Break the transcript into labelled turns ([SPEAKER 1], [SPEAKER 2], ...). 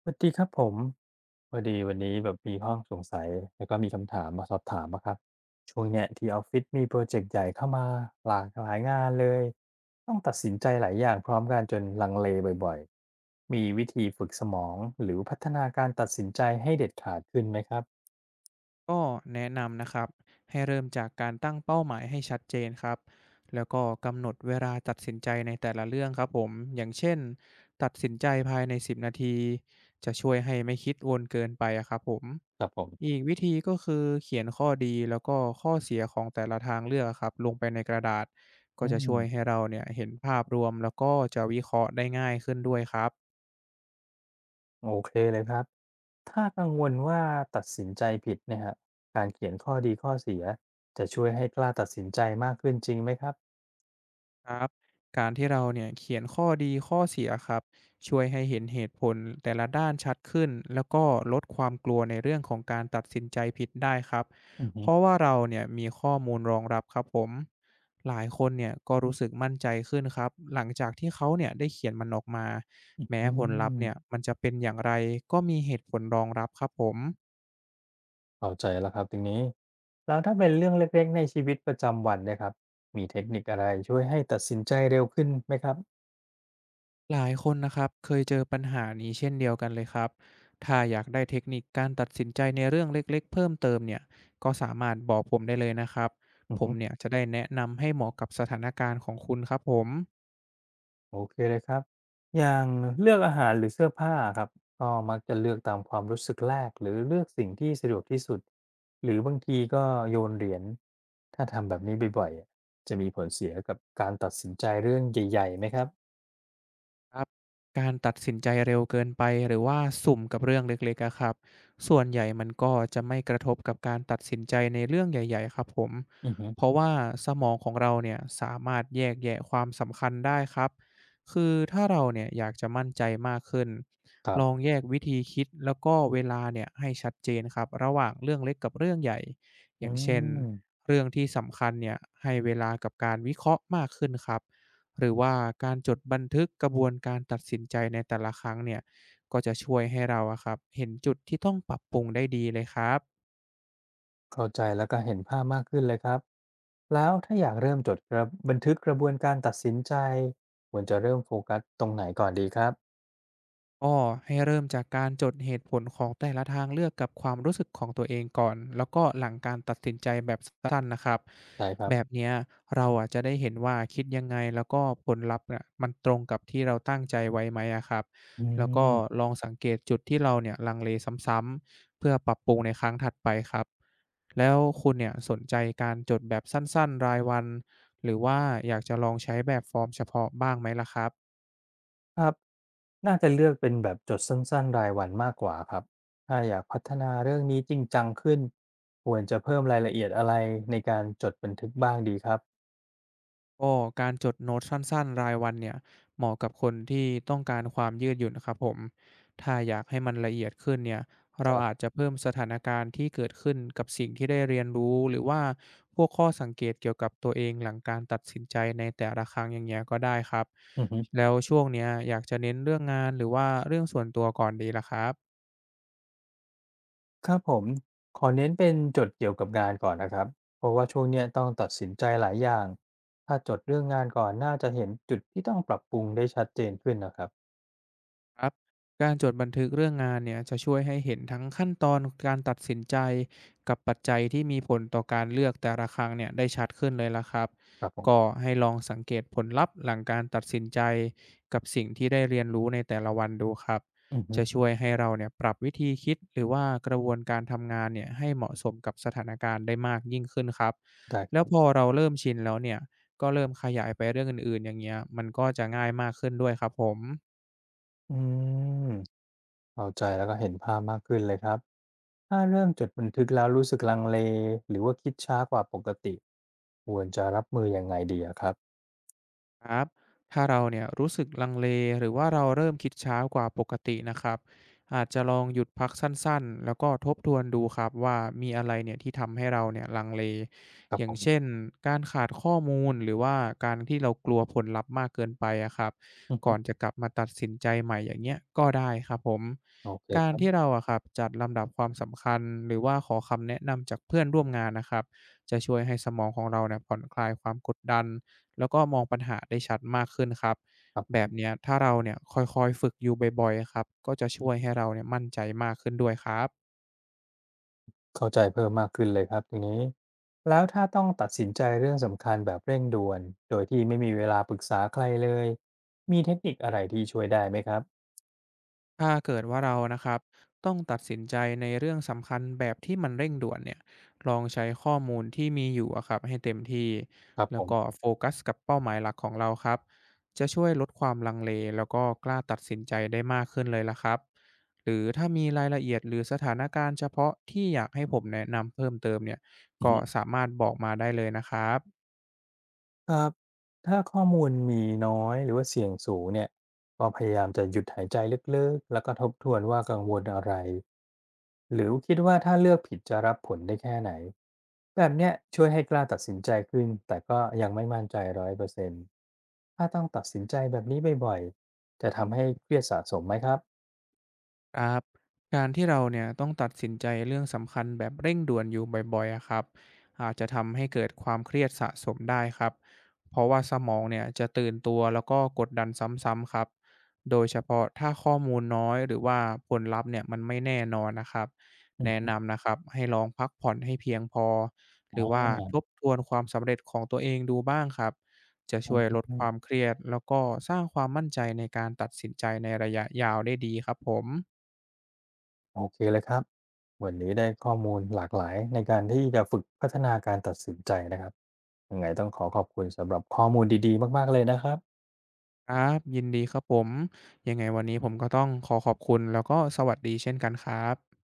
[SPEAKER 1] สวัสดีครับผมพอดีวันนี้แบบมีข้อสงสัยแล้วก็มีคำถามมาสอบถามอะครับช่วงเนี้ยที่ออฟฟิศมีโปรเจกต์ใหญ่เข้ามาหลากหลายงานเลยต้องตัดสินใจหลายอย่างพร้อมกันจนลังเลบ่อยๆมีวิธีฝึกสมองหรือพัฒนาการตัดสินใจให้เด็ดขาดขึ้นไหมครับ
[SPEAKER 2] ก็แนะนำนะครับให้เริ่มจากการตั้งเป้าหมายให้ชัดเจนครับแล้วก็กำหนดเวลาตัดสินใจในแต่ละเรื่องครับผมอย่างเช่นตัดสินใจภายใน10 นาทีจะช่วยให้ไม่คิดวนเกินไปอะครับผม
[SPEAKER 1] ครับผ
[SPEAKER 2] อี
[SPEAKER 1] ม
[SPEAKER 2] กวิธีก็คือเขียนข้อดีแล้วก็ข้อเสียของแต่ละทางเลือกครับลงไปในกระดาษก็
[SPEAKER 1] อื
[SPEAKER 2] จะ
[SPEAKER 1] ม
[SPEAKER 2] ช่วยให้เราเนี่ยเห็นภาพรวมแล้วก็จะวิเคราะห์ได้ง่ายขึ้นด้วยครับ
[SPEAKER 1] โอเคเลยครับถ้ากังวลว่าตัดสินใจผิดเนะฮะการเขียนข้อดีข้อเสียจะช่วยให้กล้าตัดสินใจมากขึ้นจริงไหมครับ
[SPEAKER 2] ครับการที่เราเนี่ยเขียนข้อดีข้อเสียครับช่วยให้เห็นเหตุผลแต่ละด้านชัดขึ้นแล้วก็ลดความกลัวในเรื่องของการตัดสินใจผิดได้ครับ
[SPEAKER 1] อือฮึ
[SPEAKER 2] เพราะว่าเราเนี่ยมีข้อมูลรองรับครับผมหลายคนเนี่ยก็รู้สึกมั่นใจขึ้นครับหลังจากที่เขาเนี่ยได้เขียนมันออกมา
[SPEAKER 1] อื
[SPEAKER 2] แม้ผลลัพธ์เนี่ย
[SPEAKER 1] ม
[SPEAKER 2] มันจะเป็นอย่างไรก็มีเหตุผลรองรับครับผม
[SPEAKER 1] เข้าใจแล้วครับตรงนี้แล้วถ้าเป็นเรื่องเล็กๆในชีวิตประจำวันเนะครับมีเทคนิคอะไรช่วยให้ตัดสินใจเร็วขึ้นไหมครับ
[SPEAKER 2] หลายคนนะครับเคยเจอปัญหานี้เช่นเดียวกันเลยครับถ้าอยากได้เทคนิคการตัดสินใจในเรื่องเล็กๆเพิ่มเติมเนี่ยก็สามารถบอกผมได้เลยนะครับ
[SPEAKER 1] อือ
[SPEAKER 2] ผม
[SPEAKER 1] ฮึ
[SPEAKER 2] เนี่ยจะได้แนะนำให้เหมาะกับสถานการณ์ของคุณครับผม
[SPEAKER 1] โอเคเลยครับอย่างเลือกอาหารหรือเสื้อผ้าครับก็มักจะเลือกตามความรู้สึกแรกหรือเลือกสิ่งที่สะดวกที่สุดหรือบางทีก็โยนเหรียญถ้าทำแบบนี้บ่อยๆอะจะมีผลเสียกับการตัดสินใจเรื่องใหญ่ๆไหมครับ
[SPEAKER 2] ครับการตัดสินใจเร็วเกินไปหรือว่าสุ่มกับเรื่องเล็กๆอะครับส่วนใหญ่มันก็จะไม่กระทบกับการตัดสินใจในเรื่องใหญ่ๆครับผม
[SPEAKER 1] อือฮึ
[SPEAKER 2] เพราะว่าสมองของเราเนี่ยสามารถแยกแยะความสำคัญได้ครับคือถ้าเราเนี่ยอยากจะมั่นใจมากขึ้น
[SPEAKER 1] ครั
[SPEAKER 2] ลอง
[SPEAKER 1] บ
[SPEAKER 2] แยกวิธีคิดแล้วก็เวลาเนี่ยให้ชัดเจนครับระหว่างเรื่องเล็กกับเรื่องใหญ่อ
[SPEAKER 1] อื
[SPEAKER 2] ย่างเช่น
[SPEAKER 1] ม
[SPEAKER 2] เรื่องที่สำคัญเนี่ยให้เวลากับการวิเคราะห์มากขึ้นครับ หรือว่าการจดบันทึกกระบวนการตัดสินใจในแต่ละครั้งเนี่ยก็จะช่วยให้เราอะครับเห็นจุดที่ต้องปรับปรุงได้ดีเลยครับ
[SPEAKER 1] เข้าใจแล้วก็เห็นภาพมากขึ้นเลยครับแล้วถ้าอยากเริ่มจดกระบันทึกกระบวนการตัดสินใจควรจะเริ่มโฟกัสตรงไหนก่อนดีครับ
[SPEAKER 2] ก็ให้เริ่มจากการจดเหตุผลของแต่ละทางเลือกกับความรู้สึกของตัวเองก่อนแล้วก็หลังการตัดสินใจแบบสั้นๆนะครับ
[SPEAKER 1] ใช่ครับ
[SPEAKER 2] แบบเนี้ยเราอ่ะจะได้เห็นว่าคิดยังไงแล้วก็ผลลัพธ์น่ะมันตรงกับที่เราตั้งใจไว้ไหมอะครับ
[SPEAKER 1] อื
[SPEAKER 2] แล้ว
[SPEAKER 1] ม
[SPEAKER 2] ก็ลองสังเกตจุดที่เราเนี่ยลังเลซ้ำๆเพื่อปรับปรุงในครั้งถัดไปครับ แล้วคุณเนี่ยสนใจการจดแบบสั้นๆรายวันหรือว่าอยากจะลองใช้แบบฟอร์มเฉพาะบ้างไหมล่ะครับ
[SPEAKER 1] ครับน่าจะเลือกเป็นแบบจดสั้นๆรายวันมากกว่าครับถ้าอยากพัฒนาเรื่องนี้จริงจังขึ้นควรจะเพิ่มรายละเอียดอะไรในการจดบันทึกบ้างดีครับ
[SPEAKER 2] ก็การจดโน้ตสั้นๆรายวันเนี่ยเหมาะกับคนที่ต้องการความยืดหยุ่นนะครับผมถ้าอยากให้มันละเอียดขึ้นเนี่ย
[SPEAKER 1] ค
[SPEAKER 2] เราอา
[SPEAKER 1] รับ
[SPEAKER 2] จจะเพิ่มสถานการณ์ที่เกิดขึ้นกับสิ่งที่ได้เรียนรู้หรือว่าพวกข้อสังเกตเกี่ยวกับตัวเองหลังการตัดสินใจในแต่ละครั้งอย่างเงี้ยก็ได้ครับ
[SPEAKER 1] อือฮึ
[SPEAKER 2] แล้วช่วงเนี้ยอยากจะเน้นเรื่องงานหรือว่าเรื่องส่วนตัวก่อนดีล่ะครับ
[SPEAKER 1] ครับผมขอเน้นเป็นจดเกี่ยวกับงานก่อนนะครับเพราะว่าช่วงเนี้ยต้องตัดสินใจหลายอย่างถ้าจดเรื่องงานก่อนน่าจะเห็นจุดที่ต้องปรับปรุงได้ชัดเจนขึ้นนะครับ
[SPEAKER 2] ครับการจดบันทึกเรื่องงานเนี่ยจะช่วยให้เห็นทั้งขั้นตอนการตัดสินใจกับปัจจัยที่มีผลต่อการเลือกแต่ละครั้งเนี่ยได้ชัดขึ้นเลยละครับ
[SPEAKER 1] ครับผ
[SPEAKER 2] ก็
[SPEAKER 1] ม
[SPEAKER 2] ให้ลองสังเกตผลลัพธ์หลังการตัดสินใจกับสิ่งที่ได้เรียนรู้ในแต่ละวันดูครับ
[SPEAKER 1] อือฮึ
[SPEAKER 2] จะช่วยให้เราเนี่ยปรับวิธีคิดหรือว่ากระบวนการทำงานเนี่ยให้เหมาะสมกับสถานการณ์ได้มากยิ่งขึ้นครับ
[SPEAKER 1] ได้ค
[SPEAKER 2] แล้
[SPEAKER 1] รั
[SPEAKER 2] วพอ
[SPEAKER 1] บ
[SPEAKER 2] เราเริ่มชินแล้วเนี่ยก็เริ่มขยายไปเรื่องอื่นๆอย่างเงี้ยมันก็จะง่ายมากขึ้นด้วยครับผม
[SPEAKER 1] อืมเข้าใจแล้วก็เห็นภาพมากขึ้นเลยครับถ้าเริ่มจดบันทึกแล้วรู้สึกลังเลหรือว่าคิดช้ากว่าปกติควรจะรับมือยังไงดีอะครับ
[SPEAKER 2] ครับถ้าเราเนี่ยรู้สึกลังเลหรือว่าเราเริ่มคิดช้ากว่าปกตินะครับอาจจะลองหยุดพักสั้นๆแล้วก็ทบทวนดูครับว่ามีอะไรเนี่ยที่ทำให้เราเนี่ยลังเล
[SPEAKER 1] ครั
[SPEAKER 2] อ
[SPEAKER 1] บ
[SPEAKER 2] ย่า
[SPEAKER 1] ผ
[SPEAKER 2] งเช่น
[SPEAKER 1] ม
[SPEAKER 2] การขาดข้อมูลหรือว่าการที่เรากลัวผลลัพธ์มากเกินไปอะครับ
[SPEAKER 1] อือ
[SPEAKER 2] ก่อน
[SPEAKER 1] ฮึ
[SPEAKER 2] จะกลับมาตัดสินใจใหม่อย่างเงี้ยก็ได้ครับผม
[SPEAKER 1] โอเค
[SPEAKER 2] กา
[SPEAKER 1] ค
[SPEAKER 2] ร
[SPEAKER 1] รั
[SPEAKER 2] ที่เรา
[SPEAKER 1] บ
[SPEAKER 2] อะครับจัดลำดับความสำคัญหรือว่าขอคำแนะนำจากเพื่อนร่วมงานนะครับจะช่วยให้สมองของเราเนี่ยผ่อนคลายความกดดัน แล้วก็มองปัญหาได้ชัดมากขึ้นครับ
[SPEAKER 1] ครั
[SPEAKER 2] แบบ
[SPEAKER 1] บ
[SPEAKER 2] เนี้ยถ้าเราเนี่ยค่อยๆฝึกอยู่บ่อยๆครับก็จะช่วยให้เราเนี่ยมั่นใจมากขึ้นด้วยครับ
[SPEAKER 1] เข้าใจเพิ่มมากขึ้นเลยครับทีนี้แล้วถ้าต้องตัดสินใจเรื่องสำคัญแบบเร่งด่วนโดยที่ไม่มีเวลาปรึกษาใครเลยมีเทคนิคอะไรที่ช่วยได้ไหมครับ
[SPEAKER 2] ถ้าเกิดว่าเรานะครับต้องตัดสินใจในเรื่องสำคัญแบบที่มันเร่งด่วนเนี่ยลองใช้ข้อมูลที่มีอยู่อะครับให้เต็มที่
[SPEAKER 1] ครับผ
[SPEAKER 2] แล้วก็
[SPEAKER 1] ม
[SPEAKER 2] โฟกัสกับเป้าหมายหลักของเราครับจะช่วยลดความลังเลแล้วก็กล้าตัดสินใจได้มากขึ้นเลยละครับหรือถ้ามีรายละเอียดหรือสถานการณ์เฉพาะที่อยากให้ผมแนะนำเพิ่มเติมเนี่ยก็สามารถบอกมาได้เลยนะครับ
[SPEAKER 1] ครับถ้าข้อมูลมีน้อยหรือว่าเสี่ยงสูงเนี่ยก็พยายามจะหยุดหายใจลึกๆแล้วก็ทบทวนว่ากังวลอะไรหรือคิดว่าถ้าเลือกผิดจะรับผลได้แค่ไหนแบบเนี้ยช่วยให้กล้าตัดสินใจขึ้นแต่ก็ยังไม่มั่นใจ100%ถ้าต้องตัดสินใจแบบนี้บ่อยๆจะทำให้เครียดสะสมไหมครับ
[SPEAKER 2] ครับการที่เราเนี่ยต้องตัดสินใจเรื่องสำคัญแบบเร่งด่วนอยู่บ่อยๆอะครับอาจจะทำให้เกิดความเครียดสะสมได้ครับเพราะว่าสมองเนี่ยจะตื่นตัวแล้วก็กดดันซ้ำๆครับโดยเฉพาะถ้าข้อมูลน้อยหรือว่าผลลัพธ์เนี่ยมันไม่แน่นอนนะครับแนะ
[SPEAKER 1] อืม
[SPEAKER 2] นำนะครับให้ลองพักผ่อนให้เพียงพอหรื
[SPEAKER 1] อ
[SPEAKER 2] อว่าทบทวนความสำเร็จของตัวเองดูบ้างครับจะ
[SPEAKER 1] ๋อ
[SPEAKER 2] ช่วยลดความเครียดแล้วก็สร้างความมั่นใจในการตัดสินใจในระยะยาวได้ดีครับผม
[SPEAKER 1] โอเคเลยครับวันนี้ได้ข้อมูลหลากหลายในการที่จะฝึกพัฒนาการตัดสินใจนะครับยังไงต้องขอขอบคุณสำหรับข้อมูลดีๆมากๆเลยนะครับ
[SPEAKER 2] ครับยินดีครับผมยังไงวันนี้ผมก็ต้องขอขอบคุณแล้วก็สวัสดีเช่นกันครับ